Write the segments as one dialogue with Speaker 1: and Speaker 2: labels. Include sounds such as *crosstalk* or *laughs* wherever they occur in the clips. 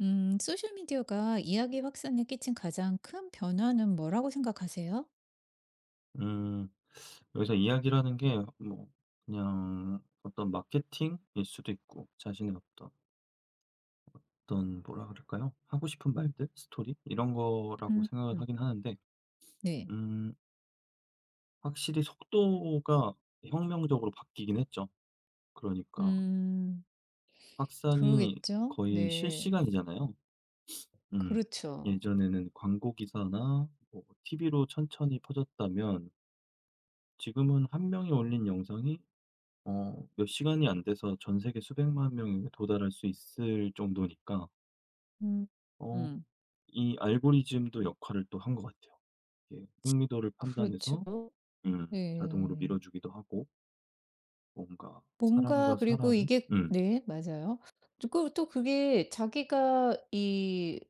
Speaker 1: 소셜미디어가 이야기 확산에 끼친 가장 큰 변화는 뭐라고 생각하세요?
Speaker 2: 음. 여기서 이야기라는 게 뭐 그냥 어떤 마케팅일 수도 있고 자신의 어떤 뭐라 그럴까요? 하고 싶은 말들, 스토리 이런 거라고
Speaker 1: 음.
Speaker 2: 생각을
Speaker 1: 음.
Speaker 2: 하긴 하는데
Speaker 1: 네.
Speaker 2: 음 확실히 속도가 혁명적으로 바뀌긴 했죠. 그러니까
Speaker 1: 음,
Speaker 2: 확산이
Speaker 1: 그러겠죠?
Speaker 2: 거의
Speaker 1: 네.
Speaker 2: 실시간이잖아요. 음.
Speaker 1: 그렇죠.
Speaker 2: 예전에는 광고 기사나 뭐 TV로 천천히 퍼졌다면 지금은 한 명이 올린 영상이 몇 시간이 안 돼서 전 세계 수백만 명에 도달할 수 있을 정도니까
Speaker 1: 음.
Speaker 2: 어
Speaker 1: 음,
Speaker 2: 이 알고리즘도 역할을 또 한 것 같아요. 이게 흥미도를
Speaker 1: 그렇죠.
Speaker 2: 판단해서 자동으로
Speaker 1: 네.
Speaker 2: 밀어주기도 하고 뭔가
Speaker 1: 뭔가
Speaker 2: 사람과
Speaker 1: 그리고
Speaker 2: 사람이
Speaker 1: 이게 네, 맞아요. 그리고 또 그게 자기가 이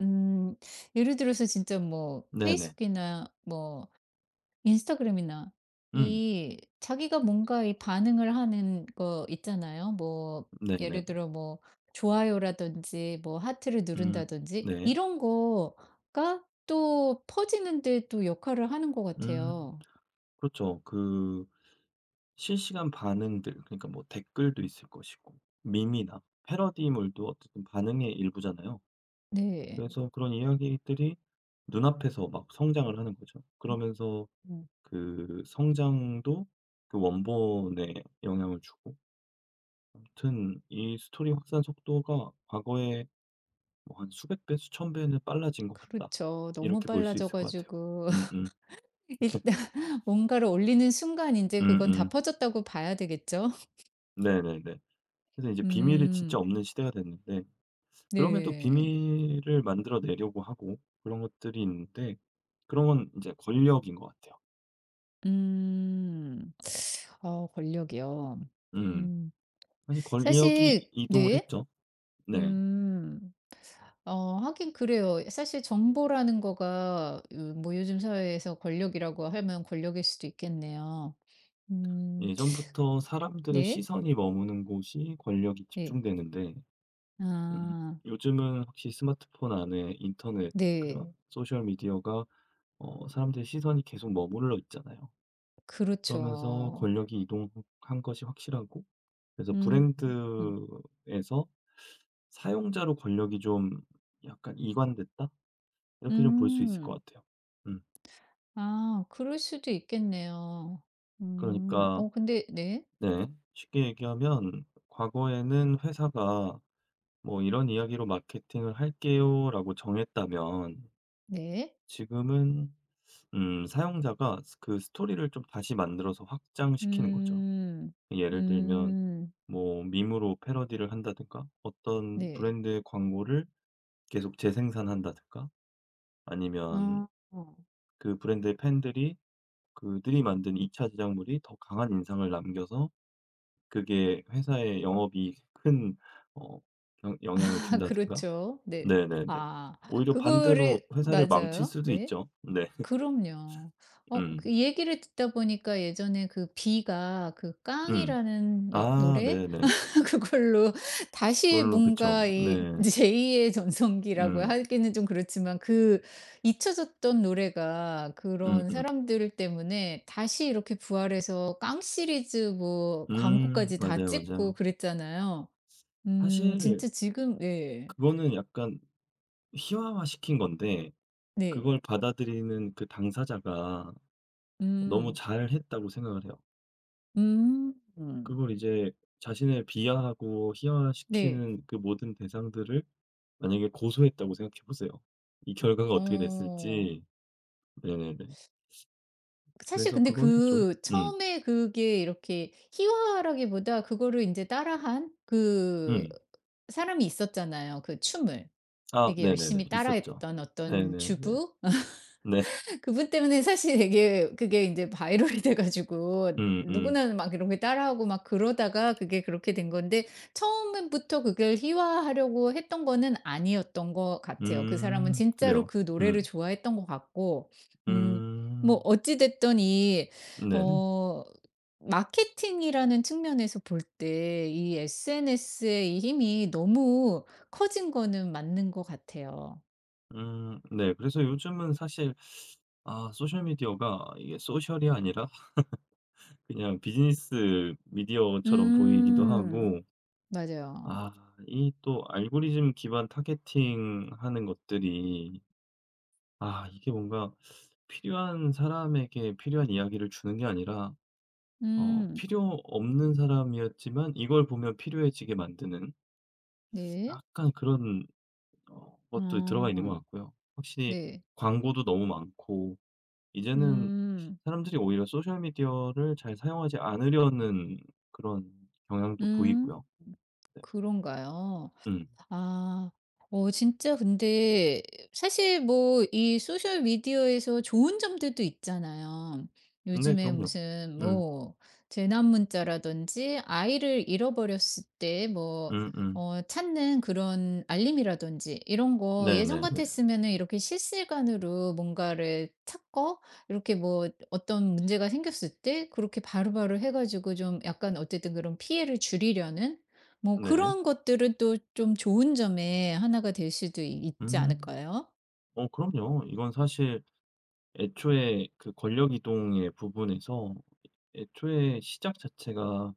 Speaker 1: 음, 예를 들어서 진짜 뭐
Speaker 2: 네네.
Speaker 1: 페이스북이나 뭐 인스타그램이나
Speaker 2: 음,
Speaker 1: 이 자기가 뭔가 이 반응을 하는 거 있잖아요. 뭐
Speaker 2: 네네네.
Speaker 1: 예를 들어 뭐 좋아요라든지 뭐 하트를
Speaker 2: 음,
Speaker 1: 누른다든지
Speaker 2: 네.
Speaker 1: 이런 거가 또 퍼지는 데 또 역할을 하는 것
Speaker 2: 음,
Speaker 1: 같아요.
Speaker 2: 그렇죠. 그 실시간 반응들, 그러니까 뭐 댓글도 있을 것이고 밈이나 패러디물도 어쨌든 반응의 일부잖아요.
Speaker 1: 네.
Speaker 2: 그래서 그런 이야기들이 눈앞에서 막 성장을 하는 거죠. 그러면서
Speaker 1: 음.
Speaker 2: 그 성장도 그 원본에 영향을 주고, 아무튼 이 스토리 확산 속도가 과거에 뭐 한 수백 배, 수천 배는 빨라진 것 같다.
Speaker 1: 그렇죠. 너무
Speaker 2: 이렇게 볼 수
Speaker 1: 빨라져
Speaker 2: 있을 것 같아요.
Speaker 1: 가지고 *laughs*
Speaker 2: 음음.
Speaker 1: 일단 뭔가를 올리는 순간 이제 그건 다
Speaker 2: 음음.
Speaker 1: 퍼졌다고 봐야 되겠죠? *laughs*
Speaker 2: 네네네. 그래서 이제 비밀이 진짜
Speaker 1: 음.
Speaker 2: 없는 시대가 됐는데, 그럼에도
Speaker 1: 네.
Speaker 2: 비밀을 만들어 내려고 하고 그런 것들이 있는데, 그런 건 이제 권력인 것 같아요.
Speaker 1: 음. 어 권력이요.
Speaker 2: 음.
Speaker 1: 음.
Speaker 2: 사실 권력이
Speaker 1: 사실
Speaker 2: 이동을
Speaker 1: 네.
Speaker 2: 했죠. 네.
Speaker 1: 음. 어 하긴 그래요. 사실 정보라는 거가 으 뭐 요즘 사회에서 권력이라고 하면 권력일 수도 있겠네요. 음.
Speaker 2: 예전부터 사람들의
Speaker 1: 네.
Speaker 2: 시선이 머무는 곳이 권력이
Speaker 1: 네.
Speaker 2: 집중되는데, 음
Speaker 1: 아.
Speaker 2: 요즘은 확실히 스마트폰 안에 인터넷, 그런
Speaker 1: 네.
Speaker 2: 소셜 미디어가 사람들의 시선이 계속 머물러 있잖아요. 그러면서
Speaker 1: 그렇죠.
Speaker 2: 권력이 이동한 것이 확실하고, 그래서
Speaker 1: 음. 음.
Speaker 2: 브랜드에서 '사용자로 권력이 좀 약간 이관됐다.' 이렇게 좀 볼 수 있을
Speaker 1: 음.
Speaker 2: 것 같아요. 음.
Speaker 1: 아 그럴 수도 있겠네요. 음.
Speaker 2: 그러니까
Speaker 1: 어 근데 네.
Speaker 2: 네. 쉽게 얘기하면 과거에는 회사가 뭐 "이런 이야기로 마케팅을 할게요."라고 정했다면,
Speaker 1: 네.
Speaker 2: 지금은 사용자가 스 그 스토리를 좀 다시 만들어서 확장시키는 거죠.
Speaker 1: 음.
Speaker 2: 예를 들면
Speaker 1: 음.
Speaker 2: 뭐 밈으로 패러디를 한다든가, 어떤
Speaker 1: 네.
Speaker 2: 브랜드의 광고를 계속 재생산한다든가, 아니면
Speaker 1: 아 어.
Speaker 2: 그 브랜드의 팬들이 그들이 만든 2 차 지작물이 더 강한 인상을 남겨서 그게 회사의 영업이 큰 어 영 영향을
Speaker 1: *laughs*
Speaker 2: 준다든가.
Speaker 1: 그렇죠. 네.
Speaker 2: 네네네.
Speaker 1: 아
Speaker 2: 오히려 반대로
Speaker 1: 그거를
Speaker 2: 회사를 망칠
Speaker 1: 맞아요.
Speaker 2: 수도
Speaker 1: 네.
Speaker 2: 있죠. 네.
Speaker 1: 그럼요. 어
Speaker 2: 음.
Speaker 1: 그 얘기를 듣다 보니까 예전에 그 비가 그
Speaker 2: 음.
Speaker 1: 깡이라는 여
Speaker 2: 아,
Speaker 1: 노래
Speaker 2: 네네.
Speaker 1: *laughs* 그걸로 다시
Speaker 2: 그걸로 그쵸.
Speaker 1: 뭔가 이
Speaker 2: 네.
Speaker 1: 제2의 전성기라고
Speaker 2: 음.
Speaker 1: 하기는 좀 그렇지만 그 잊혀졌던 노래가
Speaker 2: 음음.
Speaker 1: 그런
Speaker 2: 음.
Speaker 1: 사람들 때문에 다시 이렇게 부활해서 깡 시리즈 뭐
Speaker 2: 음.
Speaker 1: 광고까지 다
Speaker 2: 맞아요,
Speaker 1: 찍고
Speaker 2: 맞아요.
Speaker 1: 그랬잖아요.
Speaker 2: 사실
Speaker 1: 진짜 지금 예.
Speaker 2: 그거는 약간 희화화시킨 건데,
Speaker 1: 네.
Speaker 2: 그걸 받아들이는 그 당사자가 너무
Speaker 1: 음.
Speaker 2: 잘했다고 생각을 해요.
Speaker 1: 음. 음.
Speaker 2: 그걸 이제 자신을 비하하고
Speaker 1: 네.
Speaker 2: 희화화시키는 그 모든 대상들을 만약에 고소했다고 생각해 보세요. 이 결과가 어떻게
Speaker 1: 어.
Speaker 2: 됐을지. 네네네.
Speaker 1: 사실
Speaker 2: 그래서
Speaker 1: 근데
Speaker 2: 그거는 좀.
Speaker 1: 그
Speaker 2: 음.
Speaker 1: 처음에 그게 이렇게 희화라기보다 그거를 인제 따라한 그
Speaker 2: 음.
Speaker 1: 사람이 있었잖아요, 그 춤을.
Speaker 2: 아,
Speaker 1: 되게
Speaker 2: 네네네.
Speaker 1: 열심히
Speaker 2: 있었죠.
Speaker 1: 따라했던 어떤
Speaker 2: 네네네.
Speaker 1: 주부?
Speaker 2: 네.
Speaker 1: 그분 때문에 사실 되게 그게 인제 바이럴이 *laughs* 돼 가지고
Speaker 2: 음음. 음.
Speaker 1: 누구나 막 이런 게 따라하고 막 그러다가 그게 그렇게 된 건데 처음부터 그걸 희화하려고 했던 거는 아니었던 것 같아요. 그 사람은 진짜로
Speaker 2: 그래요.
Speaker 1: 그 노래를
Speaker 2: 음.
Speaker 1: 좋아했던 것 같고 음 뭐
Speaker 2: 음.
Speaker 1: 어찌 됐든 이
Speaker 2: 네네.
Speaker 1: 어 마케팅이라는 측면에서 볼 때 이 SNS의 이 힘이 너무 커진 거는 맞는 것 같아요.
Speaker 2: 음, 네. 그래서 요즘은 사실, 소셜 미디어가 이게 소셜이 아니라 그냥 비즈니스 미디어처럼 보이기도
Speaker 1: 음.
Speaker 2: 하고,
Speaker 1: 맞아요.
Speaker 2: 아 이 또 알고리즘 기반 타겟팅하는 것들이, 이게 뭔가 필요한 사람에게 필요한 이야기를 주는 게 아니라
Speaker 1: 음.
Speaker 2: 필요 없는 사람이었지만 이걸 보면 필요해지게 만드는
Speaker 1: 네.
Speaker 2: 약간 그런 것도 들어가 있는 것
Speaker 1: 아.
Speaker 2: 같고요. 확실히
Speaker 1: 네.
Speaker 2: 광고도 너무 많고 이제는
Speaker 1: 음.
Speaker 2: 사람들이 오히려 소셜 미디어를 잘 사용하지 않으려는 그런 경향도
Speaker 1: 음.
Speaker 2: 보이고요. 네.
Speaker 1: 그런가요?
Speaker 2: 음.
Speaker 1: 아. 어 진짜 근데 사실 뭐 이 소셜 미디어에서 좋은 점들도 있잖아요.
Speaker 2: 네,
Speaker 1: 요즘에
Speaker 2: 그럼요.
Speaker 1: 무슨
Speaker 2: 음.
Speaker 1: 뭐 재난 문자라든지 아이를 잃어버렸을 때 뭐
Speaker 2: 음음.
Speaker 1: 어 찾는 그런 알림이라든지 이런 거 예전
Speaker 2: 네네네.
Speaker 1: 같았으면은 이렇게 실시간으로 뭔가를 찾고 이렇게 뭐 어떤 문제가 생겼을 때 그렇게 바로바로 해 가지고 좀 약간 어쨌든 그런 피해를 줄이려는 뭐
Speaker 2: 네.
Speaker 1: 그런 것들은 또 좀 좋은 점의 하나가 될 수도 있지
Speaker 2: 음.
Speaker 1: 않을까요?
Speaker 2: 그럼요. 이건 사실 애초에 그 권력 이동의 부분에서, 애초에 시작 자체가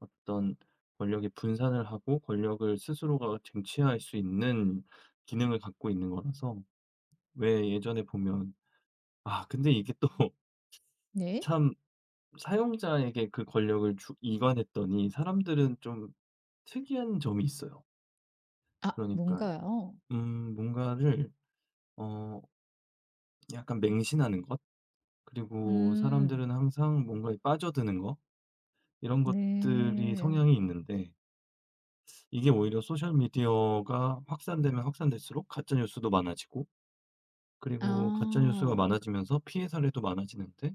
Speaker 2: 어떤 권력의 분산을 하고 권력을 스스로가 쟁취할 수 있는 기능을 갖고 있는 거라서, 왜 예전에 보면, 근데 이게 또 *laughs*
Speaker 1: 네.
Speaker 2: 참, 사용자에게 그 권력을 주 이관했더니 사람들은 좀 특이한 점이 있어요.
Speaker 1: 아
Speaker 2: 그러니까
Speaker 1: 뭔가요?
Speaker 2: 뭔가를 어 약간 맹신하는 것, 그리고
Speaker 1: 음.
Speaker 2: 사람들은 항상 뭔가에 빠져드는 거, 이런 것들이
Speaker 1: 네.
Speaker 2: 성향이 있는데, 이게 오히려 소셜 미디어가 확산되면 확산될수록 가짜 뉴스도 많아지고, 그리고 가짜 뉴스가
Speaker 1: 아.
Speaker 2: 많아지면서 피해 사례도 많아지는데,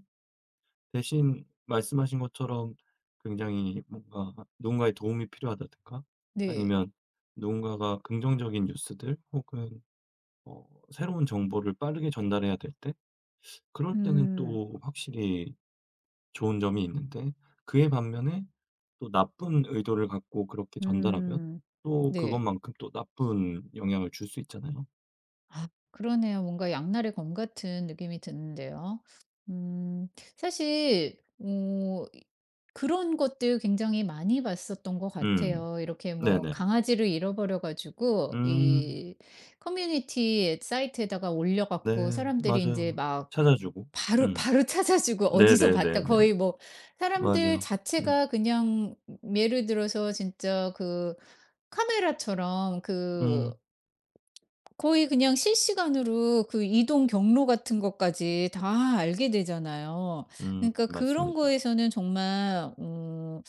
Speaker 2: 대신 말씀하신 것처럼 굉장히 뭔가 누군가의 도움이 필요하다든가,
Speaker 1: 네.
Speaker 2: 아니면 누군가가 긍정적인 뉴스들 혹은 새로운 정보를 빠르게 전달해야 될 때, 그럴 때는
Speaker 1: 음.
Speaker 2: 또 확실히 좋은 점이 있는데, 그에 반면에 또 나쁜 의도를 갖고 그렇게 전달하면
Speaker 1: 음.
Speaker 2: 또
Speaker 1: 네.
Speaker 2: 그것만큼 또 나쁜 영향을 줄 수 있잖아요.
Speaker 1: 아 그러네요. 뭔가 양날의 검 같은 느낌이 드는데요. 음 사실 어 이 그런 것들 굉장히 많이 봤었던 것
Speaker 2: 음.
Speaker 1: 같아요. 이렇게 뭐
Speaker 2: 네네.
Speaker 1: 강아지를 잃어버려 가지고
Speaker 2: 음.
Speaker 1: 이 커뮤니티 사이트에다가 올려 갖고
Speaker 2: 네.
Speaker 1: 사람들이 이제
Speaker 2: 맞아요.
Speaker 1: 막
Speaker 2: 찾아주고.
Speaker 1: 바로
Speaker 2: 음.
Speaker 1: *laughs* 바로 찾아 주고 어디서 봤다
Speaker 2: 네네네네.
Speaker 1: 거의 뭐 사람들
Speaker 2: 맞아요. 음.
Speaker 1: 자체가 그냥 예를 들어서 진짜 그 카메라처럼
Speaker 2: 음.
Speaker 1: 그 거의 그냥 실시간으로 그 이동 경로 같은 것까지 다 알게 되잖아요.
Speaker 2: 음.
Speaker 1: 그러니까 그런
Speaker 2: 맞습니다.
Speaker 1: 거에서는 정말 어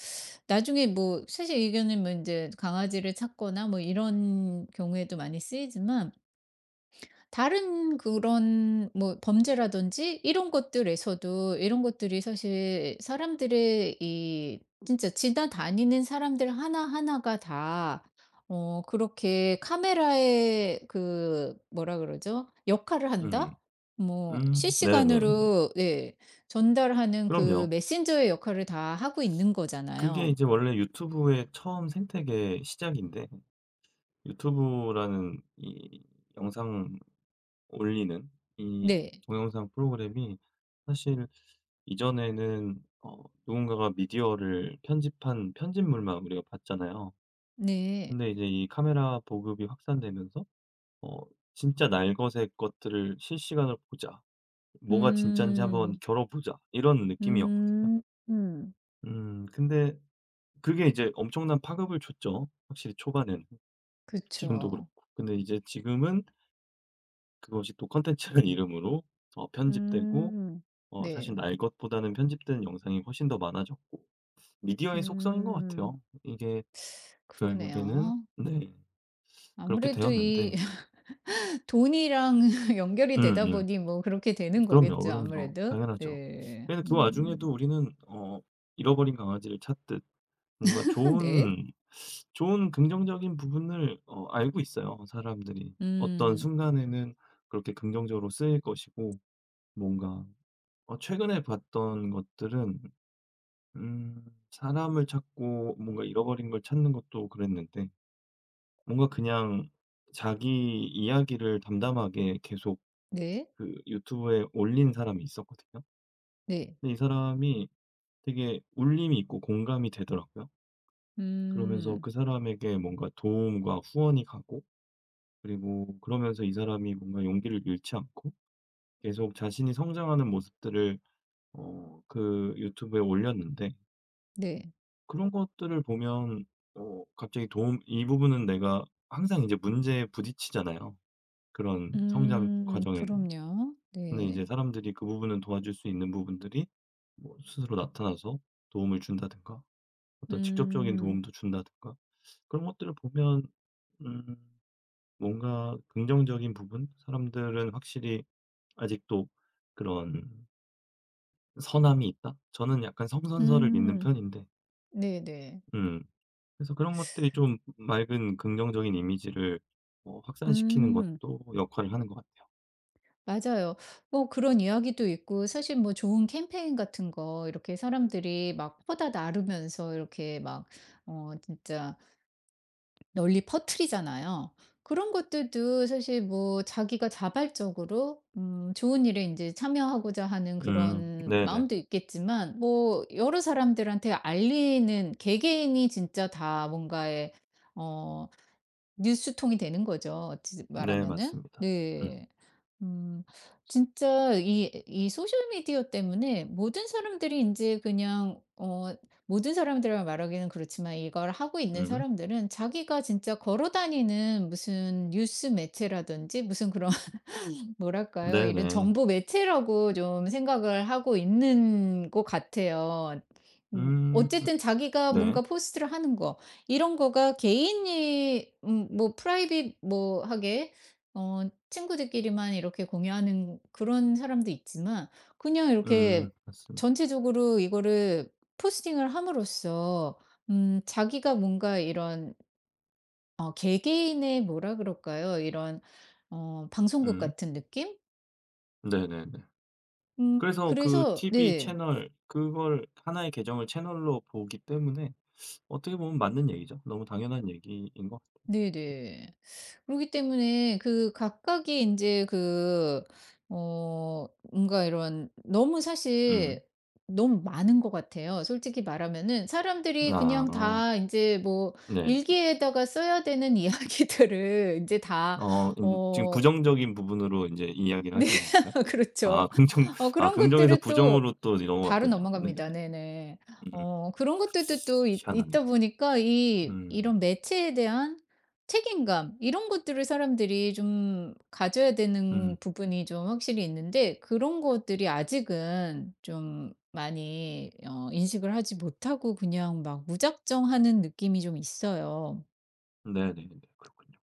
Speaker 1: 나중에 뭐 사실 이거는 뭐 인제 강아지를 찾거나 뭐 이런 경우에도 많이 쓰이지만 다른 그런 뭐 범죄라든지 이런 것들에서도 이런 것들이 사실 사람들의 이 진짜 지나다니는 사람들 하나하나가 다 어 그렇게 '카메라의 그 뭐라 그러죠? 역할을
Speaker 2: 음.
Speaker 1: 한다?' 뭐
Speaker 2: 음. 네네네.
Speaker 1: 실시간으로 네 전달하는
Speaker 2: 그럼요.
Speaker 1: 그 메신저의 역할을 다 하고 있는
Speaker 2: 그게
Speaker 1: 거잖아요.
Speaker 2: 이제 원래 유튜브의 처음 생태계 시작인데, 유튜브라는 이 영상 올리는 이
Speaker 1: 네.
Speaker 2: 동영상 프로그램이 사실 이전에는 누군가가 미디어를 편집한 편집물만 우리가 봤잖아요.
Speaker 1: 네.
Speaker 2: 근데 이제 이 카메라 보급이 확산되면서 어 '진짜 날것의 것들을 실시간으로 보자. 뭐가 진짠지 한번
Speaker 1: 음.
Speaker 2: 겨뤄보자.' 이런 느낌이었거든요.
Speaker 1: 음. 음.
Speaker 2: 근데 그게 이제 엄청난 파급을 줬죠, 확실히 초반에는. 지금도
Speaker 1: 그쵸.
Speaker 2: 그렇고. 근데 이제 지금은 그것이 또 컨텐츠라는 *laughs* 이름으로 편집되고,
Speaker 1: 음.
Speaker 2: 사실
Speaker 1: 네.
Speaker 2: 날 것보다는 편집된 영상이 훨씬 더 많아졌고, 미디어의 속성인 것
Speaker 1: 음.
Speaker 2: 같아요, 이게 결국에는.
Speaker 1: 그러네요.
Speaker 2: 네. 그렇게
Speaker 1: 아무래도 이
Speaker 2: 되었는데,
Speaker 1: *laughs* 돈이랑 *laughs* 연결이 되다
Speaker 2: 음음.
Speaker 1: 보니 뭐 그렇게 되는
Speaker 2: 그럼요,
Speaker 1: 거겠죠
Speaker 2: 그럼요.
Speaker 1: 아무래도.
Speaker 2: 당연하죠.
Speaker 1: 네.
Speaker 2: 근데 그 와중에도
Speaker 1: 음.
Speaker 2: 우리는 잃어버린 강아지를 찾듯 뭔가
Speaker 1: *laughs* 네.
Speaker 2: 좋은 긍정적인 부분을 알고 있어요, 사람들이. 어떤
Speaker 1: 음.
Speaker 2: 순간에는 그렇게 긍정적으로 쓰일 것이고, 뭔가 최근에 봤던 것들은, 음 사람을 찾고 뭔가 잃어버린 걸 찾는 것도 그랬는데, 뭔가 그냥 자기 이야기를 담담하게 계속
Speaker 1: 네.
Speaker 2: 그 유튜브에 올린 사람이 있었거든요.
Speaker 1: 네.
Speaker 2: 근데 이 사람이 되게 울림이 있고 공감이 되더라고요. 그러면서
Speaker 1: 음.
Speaker 2: 그 사람에게 뭔가 도움과 후원이 가고, 그리고 그러면서 이 사람이 뭔가 용기를 잃지 않고 계속 자신이 성장하는 모습들을 그 유튜브에 올렸는데,
Speaker 1: 네.
Speaker 2: 그런 것들을 보면, 갑자기 도움, 이 부분은 내가 항상 이제 문제에 부딪히잖아요, 그런 성장
Speaker 1: 음.
Speaker 2: 과정에는.
Speaker 1: 그럼요.
Speaker 2: 근데 이제
Speaker 1: 네.
Speaker 2: 사람들이 그 부분은 도와줄 수 있는 부분들이 뭐 스스로 나타나서 도움을 준다든가, 어떤 직접적인
Speaker 1: 음.
Speaker 2: 도움도 준다든가, 그런 것들을 보면, 음 뭔가 긍정적인 부분? 사람들은 확실히 아직도 그런 선함이 있다? 저는 약간 성선설을 믿는
Speaker 1: 음.
Speaker 2: 편인데.
Speaker 1: 네네.
Speaker 2: 음. 그래서 그런 것들이 좀 맑은 긍정적인 이미지를 확산시키는
Speaker 1: 음.
Speaker 2: 것도 역할을 하는 것 같아요.
Speaker 1: 맞아요. 뭐 그런 이야기도 있고 사실 뭐 좋은 캠페인 같은 거 이렇게 사람들이 막 퍼다 나르면서 이렇게 막 어 진짜 널리 퍼트리잖아요 그런 것들도 사실 뭐 자기가 자발적으로 좋은 일에 이제 참여하고자 하는
Speaker 2: 음.
Speaker 1: 그런
Speaker 2: 네네.
Speaker 1: 마음도 있겠지만 뭐 여러 사람들한테 알리는 개개인이 진짜 다 뭔가의 어 뉴스통이 되는 거죠, 어찌
Speaker 2: 네,
Speaker 1: 말하면은.
Speaker 2: 맞습니다. 음.
Speaker 1: 네. 음. 진짜 이 소셜 미디어 때문에 모든 사람들이 이제 그냥 어 모든 사람들이라고 말하기는 그렇지만 이걸 하고 있는
Speaker 2: 음.
Speaker 1: 사람들은 자기가 진짜 걸어 다니는 무슨 뉴스 매체라든지 무슨 그런 뭐랄까요? 이런
Speaker 2: 네네.
Speaker 1: 정보 매체라고 좀 생각을 하고 있는 것 같아요.
Speaker 2: 음.
Speaker 1: 어쨌든 자기가
Speaker 2: 네.
Speaker 1: 뭔가 포스트를 하는 거 이런 거가 개인이 뭐 프라이빗 뭐 하게 어 친구들끼리만 이렇게 공유하는 그런 사람도 있지만 그냥 이렇게
Speaker 2: 음. 맞습니다.
Speaker 1: 전체적으로 이거를 포스팅을 함으로써 자기가 뭔가 이런 어 개개인의 뭐라 그럴까요? 이런 어 방송국
Speaker 2: 음.
Speaker 1: 같은 느낌?
Speaker 2: 네네네. 그래서 그
Speaker 1: 그래서
Speaker 2: TV
Speaker 1: 네.
Speaker 2: 채널, 그걸 하나의 계정을 채널로 보기 때문에 어떻게 보면 맞는 얘기죠. 너무 당연한 얘기인 것 같아요.
Speaker 1: 네네. 그렇기 때문에 그 각각의 이제 그 어 뭔가 이런 너무
Speaker 2: 음.
Speaker 1: 사실 너무 많은 것 같아요. 솔직히 말하면은 사람들이 그냥
Speaker 2: 아.
Speaker 1: 다 이제 뭐
Speaker 2: 네.
Speaker 1: 일기에다가 써야 되는 *laughs* 이야기들을 이제다
Speaker 2: 지금
Speaker 1: 어
Speaker 2: 부정적인 부분으로 이제 이야기를
Speaker 1: 네.
Speaker 2: 하시는 건가요?
Speaker 1: *laughs*
Speaker 2: 아
Speaker 1: 그렇죠.
Speaker 2: *laughs*
Speaker 1: 어 그런
Speaker 2: 긍정에서
Speaker 1: 것들을 또
Speaker 2: 부정으로 또
Speaker 1: 바로
Speaker 2: 넘어갔군요. 네.
Speaker 1: 넘어갑니다. 네네.
Speaker 2: 음.
Speaker 1: 어 그런 것들도 또 있다
Speaker 2: 희한하네요.
Speaker 1: 보니까 이
Speaker 2: 음.
Speaker 1: 이런 매체에 대한 책임감 이런 것들을 사람들이 좀 가져야 되는
Speaker 2: 음.
Speaker 1: 부분이 좀 확실히 있는데 그런 것들이 아직은 좀 많이 어 인식을 하지 못하고 그냥 막 무작정 하는 느낌이 좀 있어요.
Speaker 2: 네네네. 그렇군요.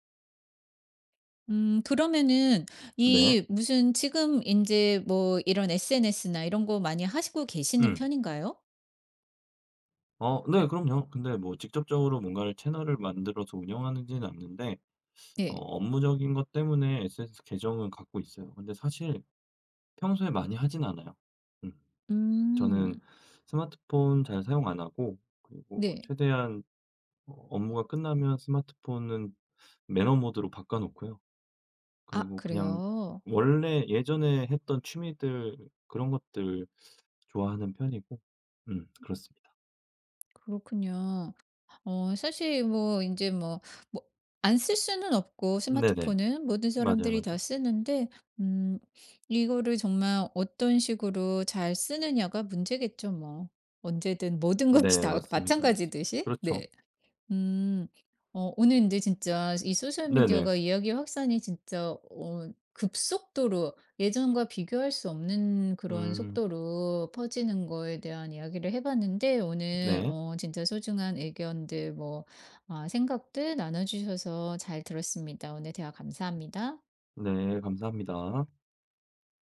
Speaker 1: 그러면은
Speaker 2: 네.
Speaker 1: 이 무슨 지금 이제 뭐 이런 SNS나 이런 거 많이 하시고 계시는
Speaker 2: 음.
Speaker 1: 편인가요?
Speaker 2: 네, 그럼요. 근데 뭐 직접적으로 뭔가를 채널을 만들어서 운영하는지는 않는데,
Speaker 1: 네.
Speaker 2: 업무적인 것 때문에 SNS 계정은 갖고 있어요. 근데 사실 평소에 많이 하진 않아요. 음.
Speaker 1: 음
Speaker 2: 저는 스마트폰 잘 사용 안 하고, 그리고
Speaker 1: 네.
Speaker 2: 최대한 업무가 끝나면 스마트폰은 매너 모드로 바꿔 놓고요.
Speaker 1: 아
Speaker 2: 그리고 그냥
Speaker 1: 그래요?
Speaker 2: 원래 예전에 했던 취미들, 그런 것들 좋아하는 편이고, 그렇습니다.
Speaker 1: 그렇군요. 어 사실 뭐 이제 뭐 뭐 안 쓸 수는 없고
Speaker 2: 네네.
Speaker 1: 스마트폰은 모든
Speaker 2: 맞아요,
Speaker 1: 사람들이 다
Speaker 2: 맞아요.
Speaker 1: 쓰는데 음 이거를 정말 어떤 식으로 잘 쓰느냐가 문제겠죠 뭐. 언제든 모든 것이
Speaker 2: 네,
Speaker 1: 다 *laughs*
Speaker 2: 맞습니다, 맞습니다.
Speaker 1: 마찬가지듯이.
Speaker 2: 그렇죠.
Speaker 1: 네. 음. 어 오늘 근데 진짜 이 소셜
Speaker 2: 네네.
Speaker 1: 미디어가 이야기 확산이 진짜 어 급속도로 예전과 비교할 수 없는 그런
Speaker 2: 음,
Speaker 1: 속도로 퍼지는 거에 대한 이야기를 해 봤는데 오늘
Speaker 2: 네.
Speaker 1: 어 진짜 소중한 의견들 뭐 아 생각들 나눠 주셔서 잘 들었습니다. 오늘 대화 감사합니다.
Speaker 2: 네, 감사합니다.